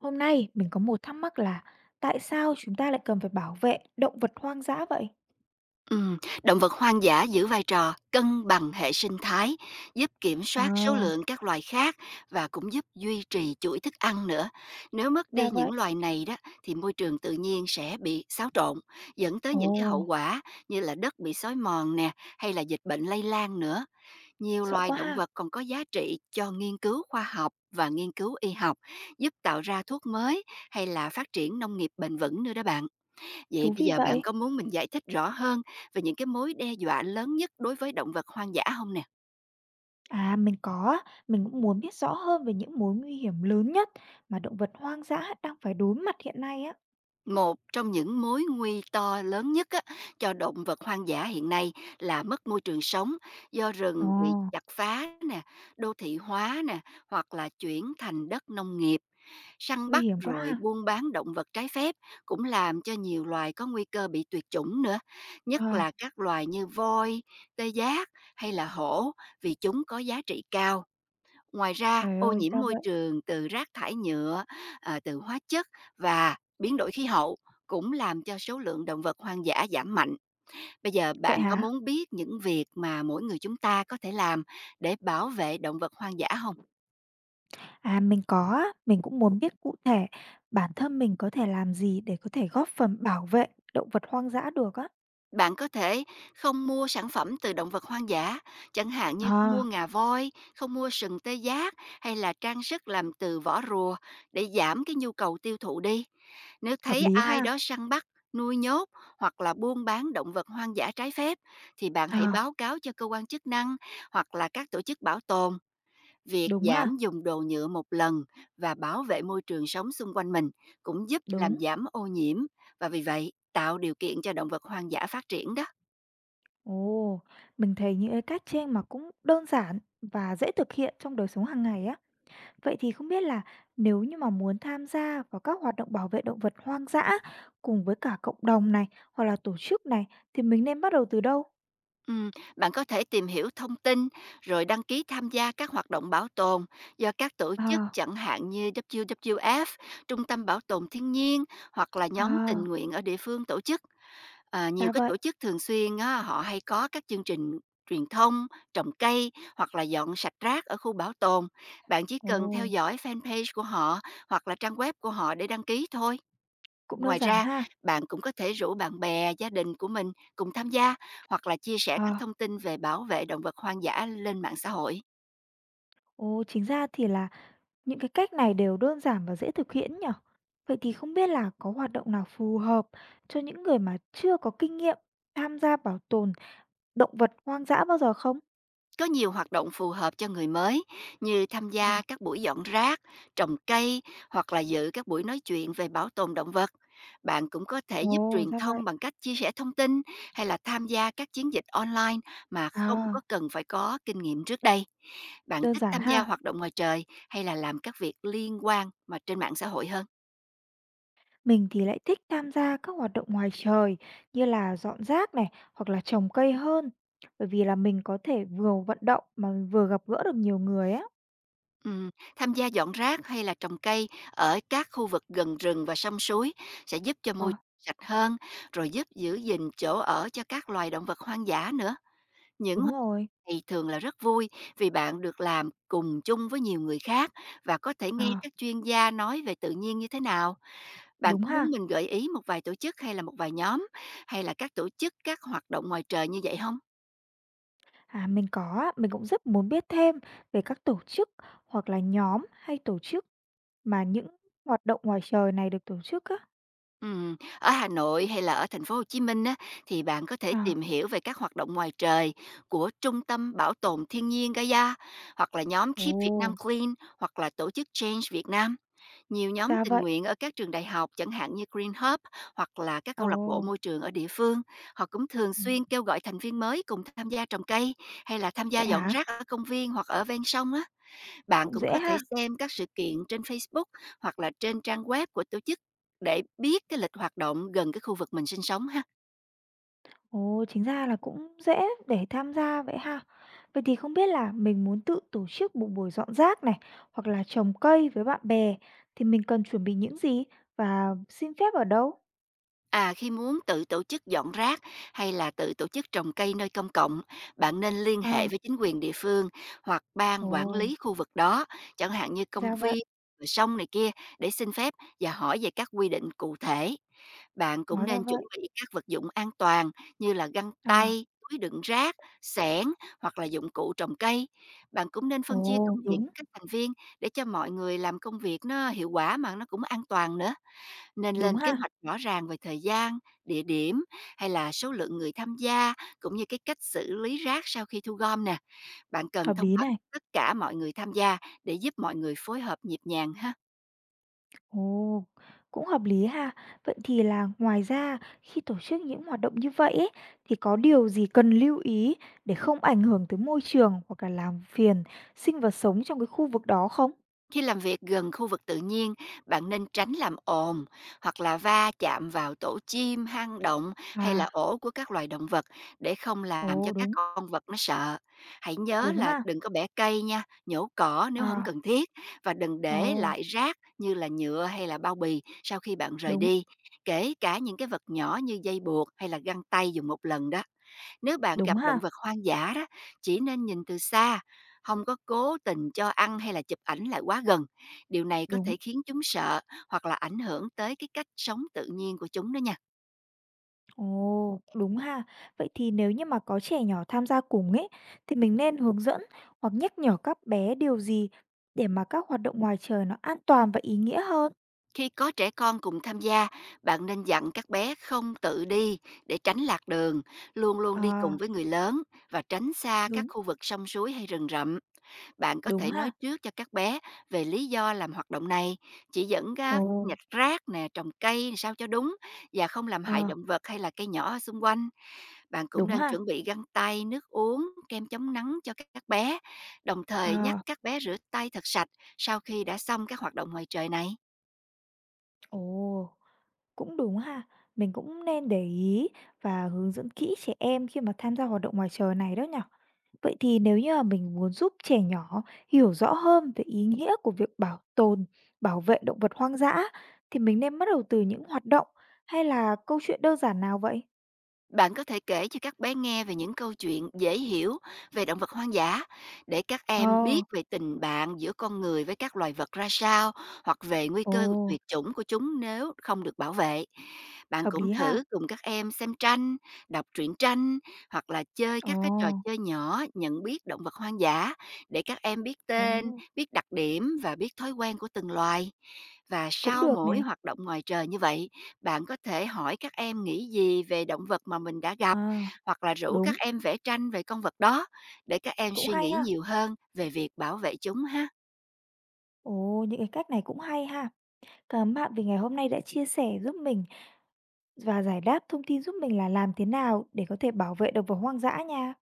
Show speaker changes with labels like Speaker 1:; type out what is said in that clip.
Speaker 1: Hôm nay mình có một thắc mắc là tại sao chúng ta lại cần phải bảo vệ động vật hoang dã vậy?
Speaker 2: Ừm, Động vật hoang dã giữ vai trò cân bằng hệ sinh thái, giúp kiểm soát số
Speaker 1: À,
Speaker 2: lượng các loài khác và cũng giúp duy trì chuỗi thức ăn nữa. Nếu mất
Speaker 1: ra
Speaker 2: đi
Speaker 1: vậy.
Speaker 2: những loài này đó thì môi trường tự nhiên sẽ bị xáo trộn, dẫn tới những cái hậu
Speaker 1: Ồ,
Speaker 2: quả như là đất bị xói mòn nè, hay là dịch bệnh lây lan nữa. Nhiều
Speaker 1: sợ
Speaker 2: loài
Speaker 1: quá
Speaker 2: động
Speaker 1: ha.
Speaker 2: vật còn có giá trị cho nghiên cứu khoa học và nghiên cứu y học, giúp tạo ra thuốc mới hay là phát triển nông nghiệp bền vững nữa đó bạn. Vậy
Speaker 1: Thú
Speaker 2: bây
Speaker 1: vị
Speaker 2: giờ bạn
Speaker 1: vậy.
Speaker 2: có muốn mình giải thích rõ hơn về những cái mối đe dọa lớn nhất đối với động vật hoang dã không nè?
Speaker 1: À, mình có, á, mình cũng muốn biết rõ hơn về những mối nguy hiểm lớn nhất mà động vật hoang dã đang phải đối mặt hiện nay á.
Speaker 2: Một trong những mối nguy to lớn nhất á, cho động vật hoang dã hiện nay là mất môi trường sống do
Speaker 1: Ồ,
Speaker 2: rừng bị chặt phá nè, đô thị hóa nè, hoặc là chuyển thành đất nông nghiệp. Săn
Speaker 1: nguy
Speaker 2: bắt
Speaker 1: hiểm quá
Speaker 2: rồi
Speaker 1: ha.
Speaker 2: buôn bán động vật trái phép cũng làm cho nhiều loài có nguy cơ bị tuyệt chủng nữa, nhất
Speaker 1: À,
Speaker 2: là các loài như voi, tê giác hay là hổ vì chúng có giá trị cao. Ngoài ra,
Speaker 1: trời
Speaker 2: ô
Speaker 1: ơi,
Speaker 2: nhiễm
Speaker 1: ra
Speaker 2: môi
Speaker 1: vậy.
Speaker 2: trường từ rác thải nhựa, từ hóa chất và biến đổi khí hậu cũng làm cho số lượng động vật hoang dã giảm mạnh. Bây giờ
Speaker 1: Vậy
Speaker 2: bạn có
Speaker 1: hả?
Speaker 2: muốn biết những việc mà mỗi người chúng ta có thể làm để bảo vệ động vật hoang dã không?
Speaker 1: À, mình có, á, mình cũng muốn biết cụ thể bản thân mình có thể làm gì để có thể góp phần bảo vệ động vật hoang dã được á.
Speaker 2: Bạn có thể không mua sản phẩm từ động vật hoang dã, chẳng hạn như không mua
Speaker 1: À,
Speaker 2: ngà voi, không mua sừng tê giác hay là trang sức làm từ vỏ rùa để giảm cái nhu cầu tiêu thụ đi. Nếu
Speaker 1: hợp
Speaker 2: thấy
Speaker 1: lý
Speaker 2: ai
Speaker 1: ha.
Speaker 2: đó săn bắt, nuôi nhốt hoặc là buôn bán động vật hoang dã trái phép thì bạn hãy
Speaker 1: À,
Speaker 2: báo cáo cho cơ quan chức năng hoặc là các tổ chức bảo tồn. Việc
Speaker 1: đúng ha,
Speaker 2: giảm dùng đồ nhựa một lần và bảo vệ môi trường sống xung quanh mình cũng giúp
Speaker 1: đúng.
Speaker 2: làm giảm ô nhiễm và vì vậy tạo điều kiện cho động vật hoang dã phát triển đó.
Speaker 1: Ồ, mình thấy những cái cách trên mà cũng đơn giản và dễ thực hiện trong đời sống hàng ngày á. Vậy thì không biết là nếu như mà muốn tham gia vào các hoạt động bảo vệ động vật hoang dã cùng với cả cộng đồng này hoặc là tổ chức này thì mình nên bắt đầu từ đâu?
Speaker 2: Ừm, Bạn có thể tìm hiểu thông tin rồi đăng ký tham gia các hoạt động bảo tồn do các tổ chức
Speaker 1: À,
Speaker 2: chẳng hạn như WWF, Trung tâm Bảo tồn Thiên nhiên hoặc là nhóm tình
Speaker 1: à,
Speaker 2: nguyện ở địa phương tổ chức. À, nhiều
Speaker 1: ra
Speaker 2: cái
Speaker 1: vậy.
Speaker 2: tổ chức thường xuyên á, họ hay có các chương trình truyền thông, trồng cây hoặc là dọn sạch rác ở khu bảo tồn. Bạn chỉ
Speaker 1: Ồ,
Speaker 2: cần theo dõi fanpage của họ hoặc là trang web của họ để đăng ký thôi.
Speaker 1: cũng đơn
Speaker 2: Ngoài
Speaker 1: giản
Speaker 2: ra,
Speaker 1: ha.
Speaker 2: bạn cũng có thể rủ bạn bè, gia đình của mình cùng tham gia hoặc là chia sẻ các
Speaker 1: À,
Speaker 2: thông tin về bảo vệ động vật hoang dã lên mạng xã hội.
Speaker 1: ồ, chính ra thì là những cái cách này đều đơn giản và dễ thực hiện nhỉ? Vậy thì không biết là có hoạt động nào phù hợp cho những người mà chưa có kinh nghiệm tham gia bảo tồn động vật hoang dã bao giờ không?
Speaker 2: Có nhiều hoạt động phù hợp cho người mới như tham gia
Speaker 1: À,
Speaker 2: các buổi dọn rác, trồng cây hoặc là dự các buổi nói chuyện về bảo tồn động vật. Bạn cũng có thể giúp
Speaker 1: ồ,
Speaker 2: truyền
Speaker 1: ra vậy.
Speaker 2: thông bằng cách chia sẻ thông tin hay là tham gia các chiến dịch online mà không có
Speaker 1: Wow,
Speaker 2: cần phải có kinh nghiệm trước đây. Bạn
Speaker 1: đơn
Speaker 2: thích
Speaker 1: giản
Speaker 2: tham gia
Speaker 1: ha.
Speaker 2: hoạt động ngoài trời hay là làm các việc liên quan mà trên mạng xã hội hơn?
Speaker 1: Mình thì lại thích tham gia các hoạt động ngoài trời như là dọn rác này hoặc là trồng cây hơn. Bởi vì là mình có thể vừa vận động mà vừa gặp gỡ được nhiều người á.
Speaker 2: Ừm, Tham gia dọn rác hay là trồng cây ở các khu vực gần rừng và sông suối sẽ giúp cho môi
Speaker 1: À,
Speaker 2: trường sạch hơn, rồi giúp giữ gìn chỗ ở cho các loài động vật hoang dã nữa. Những
Speaker 1: đúng
Speaker 2: hoạt
Speaker 1: rồi.
Speaker 2: động này thường là rất vui vì bạn được làm cùng chung với nhiều người khác và có thể nghe
Speaker 1: À,
Speaker 2: các chuyên gia nói về tự nhiên như thế nào. Bạn
Speaker 1: đúng
Speaker 2: có muốn
Speaker 1: ha.
Speaker 2: mình gợi ý một vài tổ chức hay là một vài nhóm hay là các tổ chức các hoạt động ngoài trời như vậy không?
Speaker 1: À, mình có á, mình cũng rất muốn biết thêm về các tổ chức hoặc là nhóm hay tổ chức mà những hoạt động ngoài trời này được tổ chức á.
Speaker 2: Ở Hà Nội hay là ở thành phố Hồ Chí Minh á, thì bạn có thể
Speaker 1: À,
Speaker 2: tìm hiểu về các hoạt động ngoài trời của Trung tâm Bảo tồn Thiên nhiên Gaia, hoặc là nhóm Keep Việt Nam
Speaker 1: ồ,
Speaker 2: Clean, hoặc là tổ chức Change Việt Nam. Nhiều nhóm
Speaker 1: ra
Speaker 2: tình
Speaker 1: vậy.
Speaker 2: nguyện ở các trường đại học, chẳng hạn như Green Hub, hoặc là các
Speaker 1: Ồ,
Speaker 2: câu lạc bộ môi trường ở địa phương. Họ cũng thường
Speaker 1: ừ,
Speaker 2: xuyên kêu gọi thành viên mới cùng tham gia trồng cây, hay là tham gia
Speaker 1: vậy
Speaker 2: dọn
Speaker 1: hả?
Speaker 2: rác ở công viên hoặc ở ven sông á. Bạn
Speaker 1: Cũng
Speaker 2: cũng
Speaker 1: dễ
Speaker 2: có thể
Speaker 1: ha.
Speaker 2: xem các sự kiện trên Facebook hoặc là trên trang web của tổ chức để biết cái lịch hoạt động gần cái khu vực mình sinh sống ha.
Speaker 1: Ồ, chính ra là cũng dễ để tham gia vậy ha. Vậy thì không biết là mình muốn tự tổ chức một buổi dọn rác này hoặc là trồng cây với bạn bè thì mình cần chuẩn bị những gì và xin phép ở đâu?
Speaker 2: À, khi muốn tự tổ chức dọn rác hay là tự tổ chức trồng cây nơi công cộng, bạn nên liên
Speaker 1: À,
Speaker 2: hệ với chính quyền địa phương hoặc
Speaker 1: ồ,
Speaker 2: ban quản lý khu vực đó, chẳng hạn như công
Speaker 1: ra vậy.
Speaker 2: viên, rồi sông này kia để xin phép và hỏi về các quy định cụ thể. Bạn cũng
Speaker 1: Hóa ra
Speaker 2: nên chuẩn
Speaker 1: vậy.
Speaker 2: bị các vật dụng an toàn như là găng
Speaker 1: À,
Speaker 2: tay, túi đựng rác, xẻng hoặc là dụng cụ trồng cây. Bạn cũng nên phân chia
Speaker 1: ồ,
Speaker 2: công việc
Speaker 1: đúng.
Speaker 2: cho các thành viên để cho mọi người làm công việc nó hiệu quả mà nó cũng an toàn nữa, nên
Speaker 1: Đúng
Speaker 2: lên kế
Speaker 1: ha,
Speaker 2: hoạch rõ ràng về thời gian, địa điểm hay là số lượng người tham gia, cũng như cái cách xử lý rác sau khi thu gom nè. Bạn cần
Speaker 1: hợp
Speaker 2: thông
Speaker 1: lý
Speaker 2: báo
Speaker 1: này.
Speaker 2: cho tất cả mọi người tham gia để giúp mọi người phối hợp nhịp nhàng ha.
Speaker 1: Ồ, cũng hợp lý ha. Vậy thì là ngoài ra khi tổ chức những hoạt động như vậy ấy, thì có điều gì cần lưu ý để không ảnh hưởng tới môi trường hoặc là làm phiền sinh vật sống trong cái khu vực đó không?
Speaker 2: Khi làm việc gần khu vực tự nhiên, bạn nên tránh làm ồn hoặc là va chạm vào tổ chim, hang động hay là
Speaker 1: À,
Speaker 2: ổ của các loài động vật để không làm
Speaker 1: ồ
Speaker 2: cho các
Speaker 1: đúng,
Speaker 2: con vật nó sợ. Hãy nhớ
Speaker 1: đúng
Speaker 2: là
Speaker 1: ha.
Speaker 2: đừng có bẻ cây nha, nhổ cỏ nếu không
Speaker 1: À,
Speaker 2: cần thiết và đừng
Speaker 1: ồ,
Speaker 2: để lại rác như là nhựa hay là bao bì sau khi bạn rời
Speaker 1: đúng,
Speaker 2: đi, kể cả những cái vật nhỏ như dây buộc hay là găng tay dùng một lần đó. Nếu bạn
Speaker 1: đúng
Speaker 2: gặp
Speaker 1: ha,
Speaker 2: động vật hoang dã đó, chỉ nên nhìn từ xa, không có cố tình cho ăn hay là chụp ảnh lại quá gần. Điều này có
Speaker 1: đúng.
Speaker 2: thể khiến chúng sợ hoặc là ảnh hưởng tới cái cách sống tự nhiên của chúng đó nha.
Speaker 1: Ồ, đúng ha. Vậy thì nếu như mà có trẻ nhỏ tham gia cùng ấy, thì mình nên hướng dẫn hoặc nhắc nhở các bé điều gì để mà các hoạt động ngoài trời nó an toàn và ý nghĩa hơn?
Speaker 2: Khi có trẻ con cùng tham gia, bạn nên dặn các bé không tự đi để tránh lạc đường, luôn luôn đi cùng
Speaker 1: À,
Speaker 2: với người lớn và tránh xa các
Speaker 1: đúng,
Speaker 2: khu vực sông suối hay rừng rậm. Bạn có
Speaker 1: đúng
Speaker 2: thể nói
Speaker 1: ha.
Speaker 2: trước cho các bé về lý do làm hoạt động này, chỉ dẫn
Speaker 1: Ồ,
Speaker 2: các nhặt rác nè, trồng cây sao cho đúng và không làm hại
Speaker 1: ờ,
Speaker 2: động vật hay là cây nhỏ ở xung quanh. Bạn cũng
Speaker 1: đúng
Speaker 2: nên
Speaker 1: ha.
Speaker 2: chuẩn bị găng tay, nước uống, kem chống nắng cho các bé, đồng thời nhắc
Speaker 1: À,
Speaker 2: các bé rửa tay thật sạch sau khi đã xong các hoạt động ngoài trời này.
Speaker 1: ồ, cũng đúng ha. Mình cũng nên để ý và hướng dẫn kỹ trẻ em khi mà tham gia hoạt động ngoài trời này đó nhở. Vậy thì nếu như mà mình muốn giúp trẻ nhỏ hiểu rõ hơn về ý nghĩa của việc bảo tồn, bảo vệ động vật hoang dã thì mình nên bắt đầu từ những hoạt động hay là câu chuyện đơn giản nào vậy?
Speaker 2: Bạn có thể kể cho các bé nghe về những câu chuyện dễ hiểu về động vật hoang dã để các em
Speaker 1: Ờ,
Speaker 2: biết về tình bạn giữa con người với các loài vật ra sao hoặc về nguy
Speaker 1: ồ,
Speaker 2: cơ tuyệt chủng của chúng nếu không được bảo vệ. Bạn
Speaker 1: hợp
Speaker 2: cũng
Speaker 1: lý ha.
Speaker 2: thử cùng các em xem tranh, đọc truyện tranh hoặc là chơi
Speaker 1: Ồ,
Speaker 2: các cái trò chơi nhỏ nhận biết động vật hoang dã để các em biết
Speaker 1: ồ,
Speaker 2: tên, biết đặc điểm và biết thói quen của từng loài. Và
Speaker 1: cũng
Speaker 2: sau
Speaker 1: được
Speaker 2: mỗi
Speaker 1: này.
Speaker 2: hoạt động ngoài trời như vậy, bạn có thể hỏi các em nghĩ gì về động vật mà mình đã gặp,
Speaker 1: À,
Speaker 2: hoặc là rủ các
Speaker 1: đúng,
Speaker 2: em vẽ tranh về con vật đó để các em
Speaker 1: cũng
Speaker 2: suy
Speaker 1: hay
Speaker 2: nghĩ
Speaker 1: ha.
Speaker 2: nhiều hơn về việc bảo vệ chúng ha.
Speaker 1: Ồ, những cái cách này cũng hay ha. Cảm ơn bạn vì ngày hôm nay đã chia sẻ giúp mình và giải đáp thông tin giúp mình là làm thế nào để có thể bảo vệ động vật hoang dã nha.